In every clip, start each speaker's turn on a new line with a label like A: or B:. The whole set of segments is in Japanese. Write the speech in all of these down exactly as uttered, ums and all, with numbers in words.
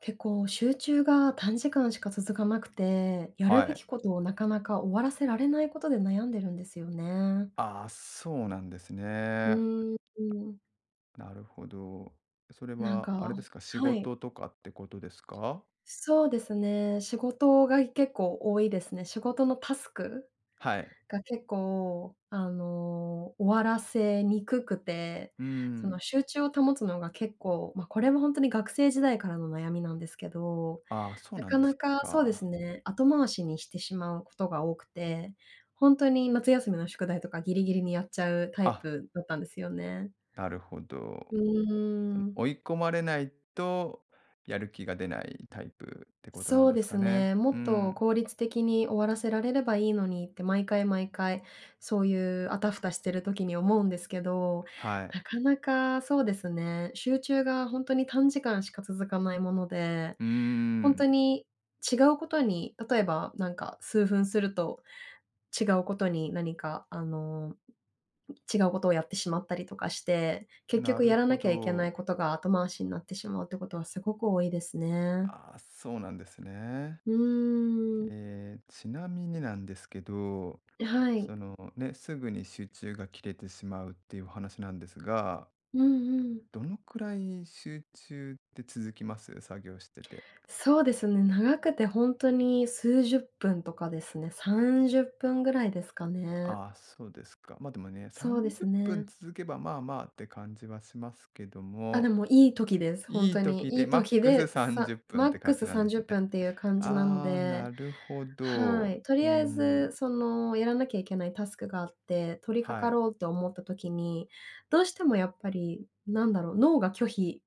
A: 結構集中が短時間しか続かなくて、やる
B: は
A: べき
B: い。
A: ことをなかなか終わらせられないことで悩んでるんですよね。
B: ああ、そうなんです
A: う
B: ね。
A: ーん、
B: なるほど。それ
A: なん
B: はあ
A: か
B: れですか、仕
A: はい。
B: 事とかってことですか？
A: そうですね、仕事が結構多いですね。仕事のタスク
B: はい。
A: が結構、あの、終わらせにくくて、
B: うー
A: そ
B: ん。
A: の集中を保つのが結構、ま、これは本当に学生時代からの悩みなんですけど、
B: ああ、そう
A: な
B: な
A: か
B: んで
A: な
B: す
A: かそうです
B: か。
A: ね、後回しにしてしまうことが多くて、ほんとに夏休みの宿題とかギリギリにやっちゃうタイ
B: あ、
A: プだったんですよね。
B: なるほ
A: う
B: ど。
A: ー
B: 追い込まれないと、やる気が出ないタイプってことな
A: そ
B: ん
A: う
B: で
A: で
B: す
A: す
B: かね。
A: ね。も
B: う
A: っと
B: ん。
A: 効率的に終わらせられればいいのにって毎回毎回そういうあたふたしてる時に思うんですけど、
B: はい。
A: なかなかそうですね、集中が本当に短時間しか続かないもので、
B: うー
A: 本当
B: ん、
A: に違うことに、例えばなんか数分すると、違うことに何かあの、違うことをやってしまったりとかして、結
B: な
A: 局
B: る
A: やらな
B: ほ
A: きゃいけな
B: ど。
A: いことが後回しになってしまうってことはすごく多いですね。
B: ああ、そうなんですね。
A: うーん、
B: えーちなみになんですけど、
A: はい。
B: そのね、すぐに集中が切れてしまうっていうお話なんですが、
A: うんうん。
B: どのくらい集中って続きます作業してて。
A: そうですね、長くてほんとに数十分とかですね。さんじゅっぷんぐらいですかね。
B: ああ、そうですか。まあでもね、
A: そうです
B: さんじゅっぷん
A: ね。
B: 続けばまあまあって感じはしますけど
A: あ、で
B: も、
A: もいい時です。ほん
B: いい
A: とに。
B: 時
A: い
B: で
A: い
B: マッ
A: 時
B: クス
A: で、
B: 30
A: さ
B: 分っぷんっ
A: マッ
B: て
A: ク
B: 感じ
A: ス
B: なんで
A: 30
B: す
A: 分っ
B: ね。
A: ぷんっていう感じなの
B: ああ、
A: で、
B: なるほ
A: は
B: ど。
A: い。と
B: うー
A: りあえ
B: ん、
A: ず、その、やらなきゃいけないタスクがあって、取り掛
B: は
A: か
B: い。
A: ろうと思った時に、どうしてもやっぱり、なんだろう、脳が拒否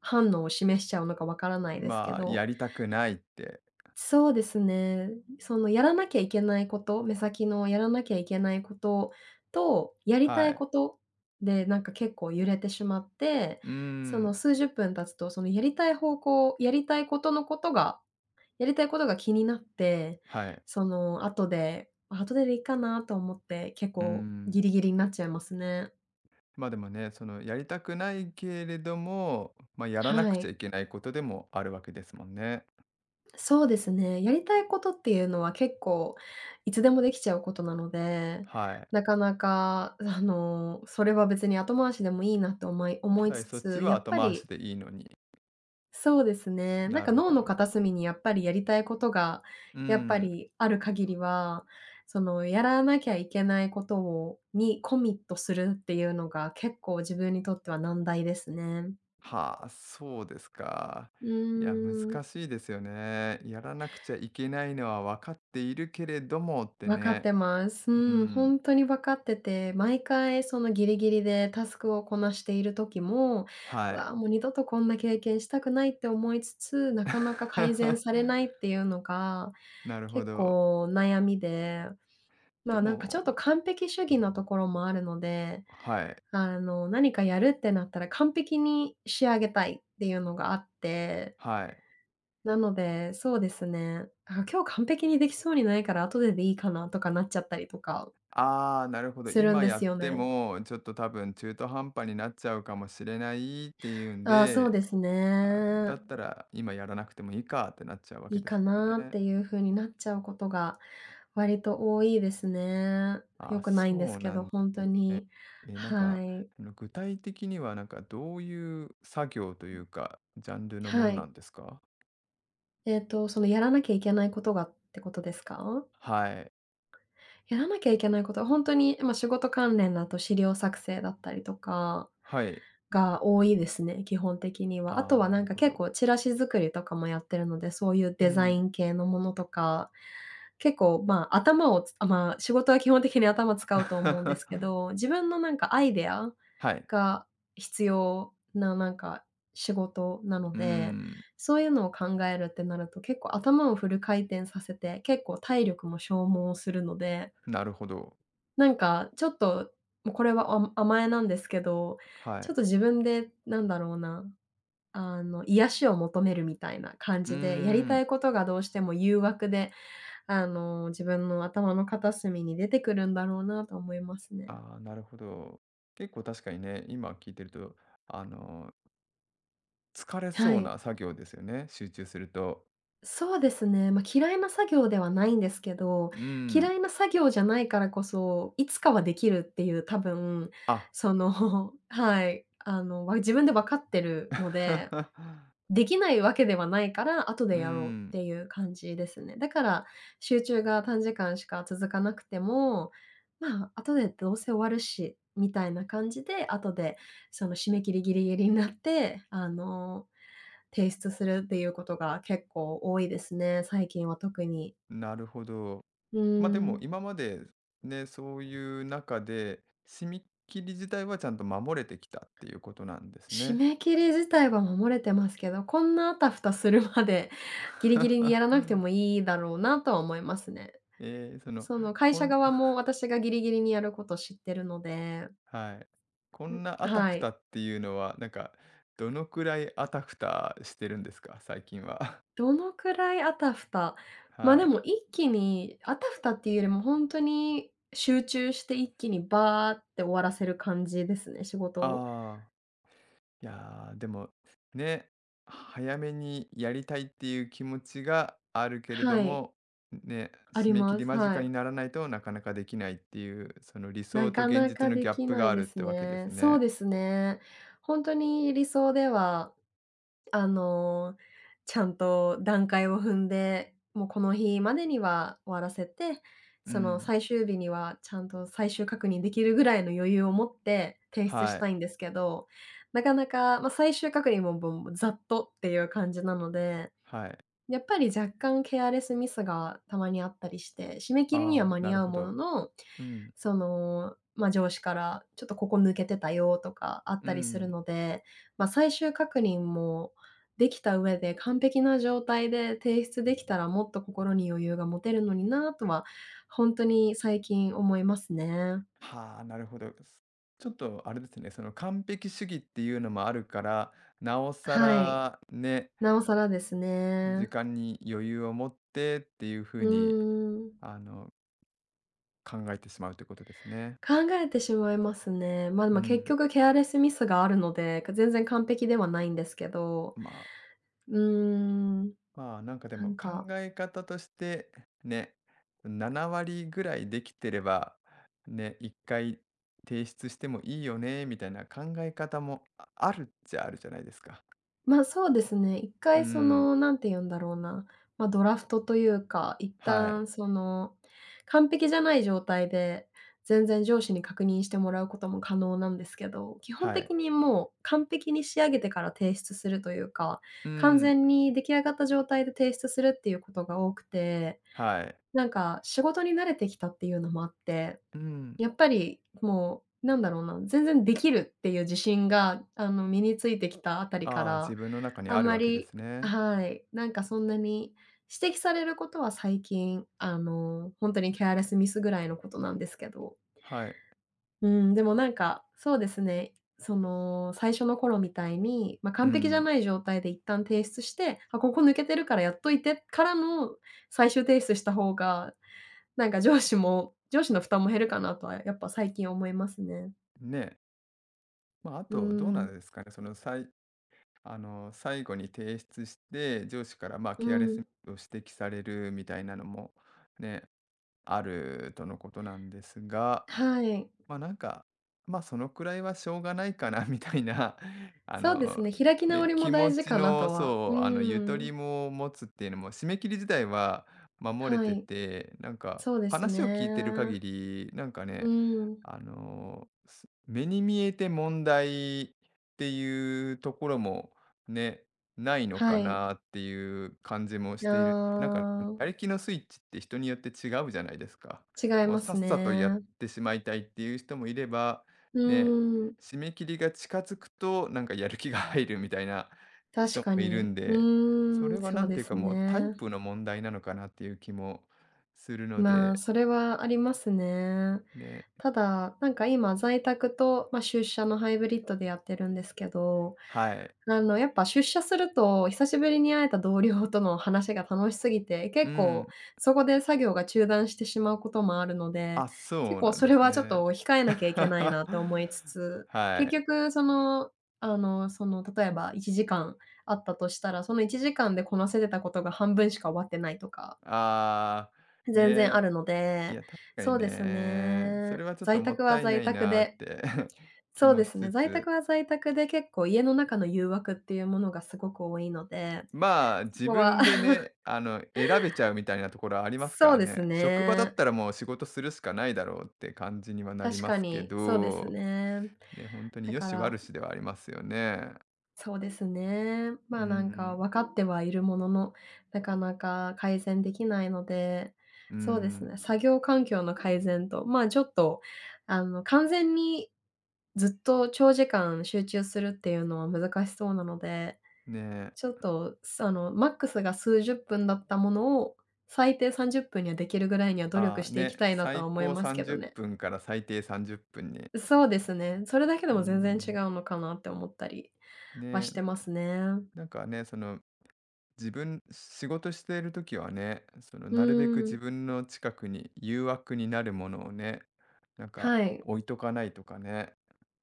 A: 反応を示しちゃうのかわからないですけ
B: まあ、
A: ど、
B: やりたくないって。
A: そうですね。そのやらなきゃいけないこと、目先のやらなきゃいけないことと、やりた
B: は
A: い
B: い。
A: ことで、なんか結構揺れてしまって、
B: うー
A: その
B: ん、
A: 数十分経つと、そのやりたい方向やりたいことのことがやりたいことが気になって、
B: はい。
A: その後で、後ででいいかなと思って、結
B: うー
A: 構
B: ん。
A: ギリギリになっちゃいますね。
B: ま、でもね、そのやりたくないけれども、まあ、やらな
A: は
B: くちゃ
A: い。
B: いけないことでもあるわけですもんね。
A: そうですね。やりたいことっていうのは結構いつでもできちゃうことなので、
B: は
A: な
B: い。
A: かなか、あの、それは別に後回しでもいいなと思い思い
B: 本来
A: つ
B: そっち
A: つ、
B: は
A: やっ
B: 後
A: ぱ
B: 回し
A: り
B: でいいのに。
A: そうですね、なん
B: な
A: か
B: る
A: 脳
B: ほ
A: の
B: ど。
A: 片隅にやっぱりやりたいことが
B: う
A: やっぱ
B: ん。
A: りある限りは、そのやらなきゃいけないことをにコミットするっていうのが結構自分にとっては難題ですね。
B: はあ、そうですか。
A: う
B: いや、
A: ーん。
B: 難しいですよね。やらなくちゃいけないのは分かっているけれどもって
A: 分かって
B: ね。
A: ます。
B: う
A: うん、
B: ん。
A: 本当に分かってて、毎回そのギリギリでタスクをこなしている時も、う
B: は
A: わあ、
B: い。
A: もう二度とこんな経験したくないって思いつつ、なかなか改善 されないっていうのが、
B: なるほ
A: 結
B: ど。
A: 構悩みで、ま
B: で
A: あ、なんかちょっと
B: も
A: 完璧主義なところもあるので、
B: はい、
A: あの、何かやるってなったら完璧に仕上げたいっていうのがあって、
B: はい。
A: なので、そうですね、あ、今日完璧にできそうにないから後ででいいかなとかなっちゃったりとか
B: ああ、なるほど。
A: するん
B: 今
A: で
B: や
A: す
B: っ
A: よ
B: て
A: ね。
B: も、ちょっと多分中途半端になっちゃうかもしれないっていうん
A: ああ、そう
B: で、
A: です
B: あ、
A: ね。
B: だったら今やらなくてもいいかってなっちゃうわ
A: い
B: け
A: い
B: で
A: か
B: す
A: なっ
B: ね。
A: ていう風になっちゃうことが割と多いですね。
B: あ
A: 良
B: あ、
A: くないんで
B: そ
A: す
B: う
A: け
B: な
A: ど、
B: んで
A: ほん
B: す
A: と
B: ね。
A: に。
B: え、なん
A: は
B: か、
A: い。
B: あの、具体的にはなんかどういう作業というか、ジャンルのも
A: は
B: のな
A: い。
B: んですか？
A: えっと、そのやらなきゃいけないことがってことですか？
B: はい。
A: やらなきゃいけないことはほんとに、ま、仕事関連だと資料作成だったりとか
B: はい。
A: が多いですね、基本的には。あ
B: ああ、
A: とは
B: な
A: な
B: る
A: んか
B: ほ
A: 結構
B: ど。
A: チラシ作りとかもやってるので、そういう
B: う
A: デザ
B: ん。
A: イン系のものとか、結構、まあ、頭をつまあ、仕事は基本的に頭使うと思うんです けど、自分のなんかアイデア
B: はい。
A: が必要な、なんか仕事なの
B: うー
A: で、
B: ん、
A: そういうのを考えるってなると、結構頭をフル回転させて、結構体力も消耗するので、
B: なるほど。
A: なんか、ちょっと、もうこれはあ甘えなんですけど、
B: は
A: ちょっ
B: い。
A: と自分でなんだろうな、あの、癒しを求めるみたいな感
B: うー
A: じで、やりた
B: ん。
A: いことがどうしても誘惑で、あの、自分の頭の片隅に出てくるんだろうなと思いますね。
B: ああ、なるほど。結構確かにね、今聞いてると、あの、疲れ
A: は
B: そう
A: い。
B: な作業ですよね、集中すると。
A: そうですね、まあ、嫌いな作業ではないんですけど、
B: うー
A: 嫌
B: ん、
A: いな作業じゃないからこそ、いつかはできるっていう多分、
B: あ、
A: その はい、あの、わ自分で分かってるので できないわけではないから、後
B: うー
A: でやろうっ
B: ん、
A: ていう感じですね。だから、集中が短時間しか続かなくても、まあ、後でどうせ終わるし、みたいな感じで、後でその締め切りギリギリになって、あの、提出するっていうことが結構多いですね、最近は特に。
B: なるほど。
A: うー
B: ま、でも
A: ん。
B: 今までね、そういう中で、締め切り自体はちゃんと守れてきたっていうことなんです
A: 締
B: ね。
A: め切り自体は守れてますけど、こんなあたふたするまでギリギリにやらなくて もいいだろうなとは思いますね。
B: えーその、
A: その会
B: こ
A: 社
B: ん
A: 側も 私がギリギリにやること知ってるので、
B: はい。こんなあた
A: は
B: ふた
A: い。
B: っていうのは、なんか、どのくらいあたふたしてるんですか？最近は。
A: どのくらいあたふた、ま、あ
B: は
A: で
B: い。
A: も一気にあたふたっていうよりも本当に集中して一気にバーって終わらせる感じですね、仕事を。
B: ああ、いやー、でも、ね、早めにやりたいっていう気持ちがあるけれど
A: はい、
B: も、ね、
A: あ
B: 締
A: り
B: め切
A: ま
B: り
A: す。
B: 間
A: は
B: 近
A: い。
B: にならないとなかなかできないっていう、その理
A: な
B: 想と
A: か
B: 現
A: な
B: 実
A: か
B: の
A: で
B: ギャッ
A: き
B: プ
A: な
B: が
A: い
B: あ
A: で
B: るっ
A: す
B: てわけです
A: ね。そう
B: ね。
A: ですね。本当に理想ではあの、ちゃんと段階を踏んで、もうこの日までには終わらせて、
B: う
A: その
B: ん。
A: 最終日にはちゃんと最終確認できるぐらいの余裕を持って提出し
B: は
A: た
B: い。
A: いんですけど、なかなか、まあ、最終確認も、ざっとっていう感じなので、
B: はい。
A: やっぱり若干ケアレスミスがたまにあったりして、締め切りには
B: ああ、
A: 間
B: な
A: に
B: る
A: 合う
B: ほ
A: もの
B: ど。
A: の、
B: うん。
A: その、まあ、上司から、ちょっとここ抜けてたよとかあっ
B: う
A: たりする
B: ん。
A: ので、まあ、最終確認もできた上で、完璧な状態で提出できたら、もっと心に余裕が持てるのになとは、本当に最近思いますね。
B: はあ、なるほど。すちょっとあれですね、その完璧主義っていうのもあるから、なおさ
A: はい、
B: らね、
A: なおさらですね。
B: 時間に余裕を持ってっていう
A: う
B: 風に、
A: ーん。
B: あの、考えてしまうということですね。
A: 考えてしまいますね。まあ、で
B: う
A: も結
B: ん。
A: 局ケアレスミスがあるので、か全然完璧ではないんですけど、
B: まあ、
A: うーん、
B: まあ、なんかで
A: な
B: も
A: ん
B: 考
A: か、
B: え方として、ね、なな割ぐらいできてれば、ね、いっかい提出してもいいよねみたいな考え方も、ああるっちゃあるじゃないですか。
A: ま、そうですね、一
B: う
A: 回そ
B: ん、
A: の、なんて言うんだろうな、ま、ドラフトというか、一
B: はい、
A: 旦その、完璧じゃない状態で、全然上司に確認してもらうことも可能なんですけど、基本
B: は
A: 的
B: い。
A: にもう完璧に仕上げてから提出するというか、
B: う
A: 完
B: ん、
A: 全に出来上がった状態で提出するっていうことが多くて、
B: はい。
A: なんか、仕事に慣れてきたっていうのもあって、
B: うん。
A: やっぱりもう、なんだろうな、全然できるっていう自信が、あの、身についてきたあたりか
B: ああ、自
A: ら、
B: 分の中に
A: あ
B: あ
A: ん
B: る
A: ま
B: わけで
A: り
B: すね。
A: はい、なんかそんなに指摘されることは最近、あの、本当にケアレスミスぐらいのことなんですけど。
B: はい。
A: うん、でもなんか、そうですね、その、最初の頃みたいに、まあ、
B: う
A: 完璧じゃ
B: ん。
A: ない状態で一旦提出して、あ、ここ抜けてるからやっといてからの最終提出した方がなんか上司も上司の負担も減るかなとはやっぱ最近思いますね。
B: ね。まあ、あ
A: う
B: と、どうなん
A: ん。
B: ですかね、その、最あの、最後に提出して、上司から、まあ、
A: う
B: ケアレスミ
A: ん。
B: スを指摘されるみたいなのもね、あるとのことなんですが、
A: はい。
B: ま、あなんか、ま、あそのくらいはしょうがないかなみたいな、あ
A: そうです
B: の、
A: ね、開き直
B: ね、
A: りも
B: 気
A: 大
B: 持
A: 事
B: ち
A: かな
B: の、
A: とは。う
B: そう、あの、ゆとり
A: ん。
B: も持つっていうのも、締め切り自体は守れ
A: は
B: て
A: い。
B: て、なんか、
A: そうですね。
B: 話を聞いてる限り、なんか
A: う
B: ね、
A: ん。
B: あの、す目に見えて問題っていうところも、ね、ないの
A: は
B: か
A: い。
B: なっていう感じもしている。なんか、
A: あ あ、
B: やる気のスイッチって人によって違うじゃないですか。
A: 違い
B: もう
A: ま
B: さ
A: す
B: っさとやっ
A: ね。
B: てしまいたいっていう人もいれば、
A: う
B: ね、
A: ん、
B: 締め切りが近づくと、なんかやる気が入るみたいな
A: 確
B: 人
A: か
B: もいる
A: に。
B: んで、そ
A: う
B: れ
A: ん、
B: は
A: そ
B: な
A: う
B: ん
A: で
B: ていう
A: す
B: かもうタイ
A: ね。
B: プの問題なのかなっていう気もするの
A: まあ、
B: で、
A: それはありますね。
B: ね、
A: ただ、なんか今在宅と、まあ、出社のハイブリッドでやってるんですけど、
B: はい。
A: あの、やっぱ出社すると、久しぶりに会えた同僚との話が楽しすぎて、
B: う
A: 結構
B: ん。
A: そこで作業が中断してしまうこともあるので、
B: あ、
A: 結
B: そう
A: 構
B: なん
A: そ
B: で
A: れ
B: す
A: はちょっと
B: ね。
A: 控えなきゃいけないなって思いつ つ、結
B: はい。
A: 局その、あの、その、例えばいちじかんあったとしたら、そのいちじかんでこなせてたことが半分しか終わってないとか
B: あー
A: 全然あ
B: ね。
A: るの
B: い
A: で、
B: や、確かに
A: そうです
B: ね。そ
A: ね。
B: れはちょっと
A: 在
B: も
A: 宅
B: っ
A: は
B: たいな
A: 在
B: い
A: 宅
B: なーっ
A: で、
B: て 気
A: そう
B: も
A: で
B: し
A: すね、
B: つ
A: 在宅
B: つ。
A: は在宅で結構家の中の誘惑っていうものがすごく多いので、
B: まあ、
A: そ
B: 自
A: こは
B: 分で ね、あの、選べちゃうみたいなところはありますか
A: そう
B: ら
A: です
B: ね。職場だ
A: ね。
B: ったらもう仕事するしかないだろうって感じにはなり
A: 確
B: ま
A: か
B: すけ
A: にそうです
B: ど、
A: ね。
B: ね、本当に
A: だ
B: 良
A: か
B: し悪
A: ら
B: しではありますよね。
A: そうですね。
B: う
A: まあ、なんか
B: ん、
A: 分かってはいるものの、なかなか改善できないので、
B: う
A: そうです
B: ん、
A: ね、作業環境の改善と、まあ、ちょっと、あの、完全にずっと長時間集中するっていうのは難しそうなので、
B: ね
A: ちょ
B: え、
A: っと、あの、マックスが数十分だったものを、最低さんじゅっぷんにはできるぐらいには努力
B: ああ、
A: していき
B: ね、
A: たいなとは
B: 最
A: 思い
B: 高
A: ますけど
B: 30
A: ね。
B: 分から最低さんじゅっぷんに。
A: そうですね。それだけで
B: うー
A: も全然違
B: ん、
A: うのかなって思ったりは
B: ね
A: し
B: え、
A: てますね。
B: なんかね、その自分仕事している時はね、その
A: う
B: なるべく
A: ー
B: 自
A: ん、
B: 分の近くに誘惑になるものをね、なんか
A: はい、
B: 置いとかないとかね。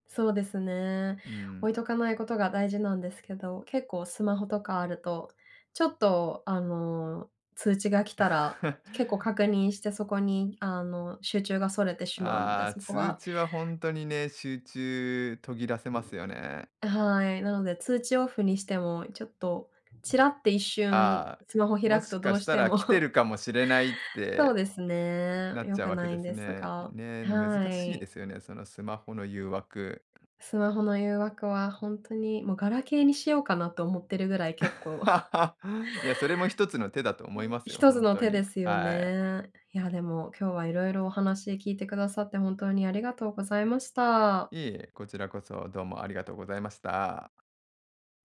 A: そうですね。
B: うん。
A: 置いとかないことが大事なんですけど、結構スマホとかあると、ちょっと、あの、通知が来たら、結構 確認してそこに、あの、集中がそれてしまうので、
B: ああ、
A: そこ
B: 通
A: は
B: 知は本当にね、集中途切らせますよね。
A: はい、なので通知オフにしても、ちょっとちらって一瞬
B: あ
A: スマホ
B: あ、も
A: 開く
B: し
A: とど
B: か
A: う
B: し
A: し
B: た
A: て
B: ら
A: も
B: 来て るかもしれないっ
A: そうで
B: て
A: すね、
B: なっ
A: 良
B: ちゃう
A: く
B: わけ
A: ない
B: で
A: ん
B: す
A: です
B: ね。
A: が、
B: ね、難
A: は
B: しいで
A: い。
B: すよね、そのスマホの誘惑。
A: スマホの誘惑は本当に、もうガラケーにしようかなと思ってるぐらい結構
B: いや、それも一つの手だと思いますよ、
A: 一つ
B: 本
A: の
B: 当
A: 手で
B: に。
A: すよ
B: はい。
A: ね。いや、でも今日は色々お話聞いてくださって本当にありがとうございました。
B: いえいえ、こちらこそどうもありがとうございました。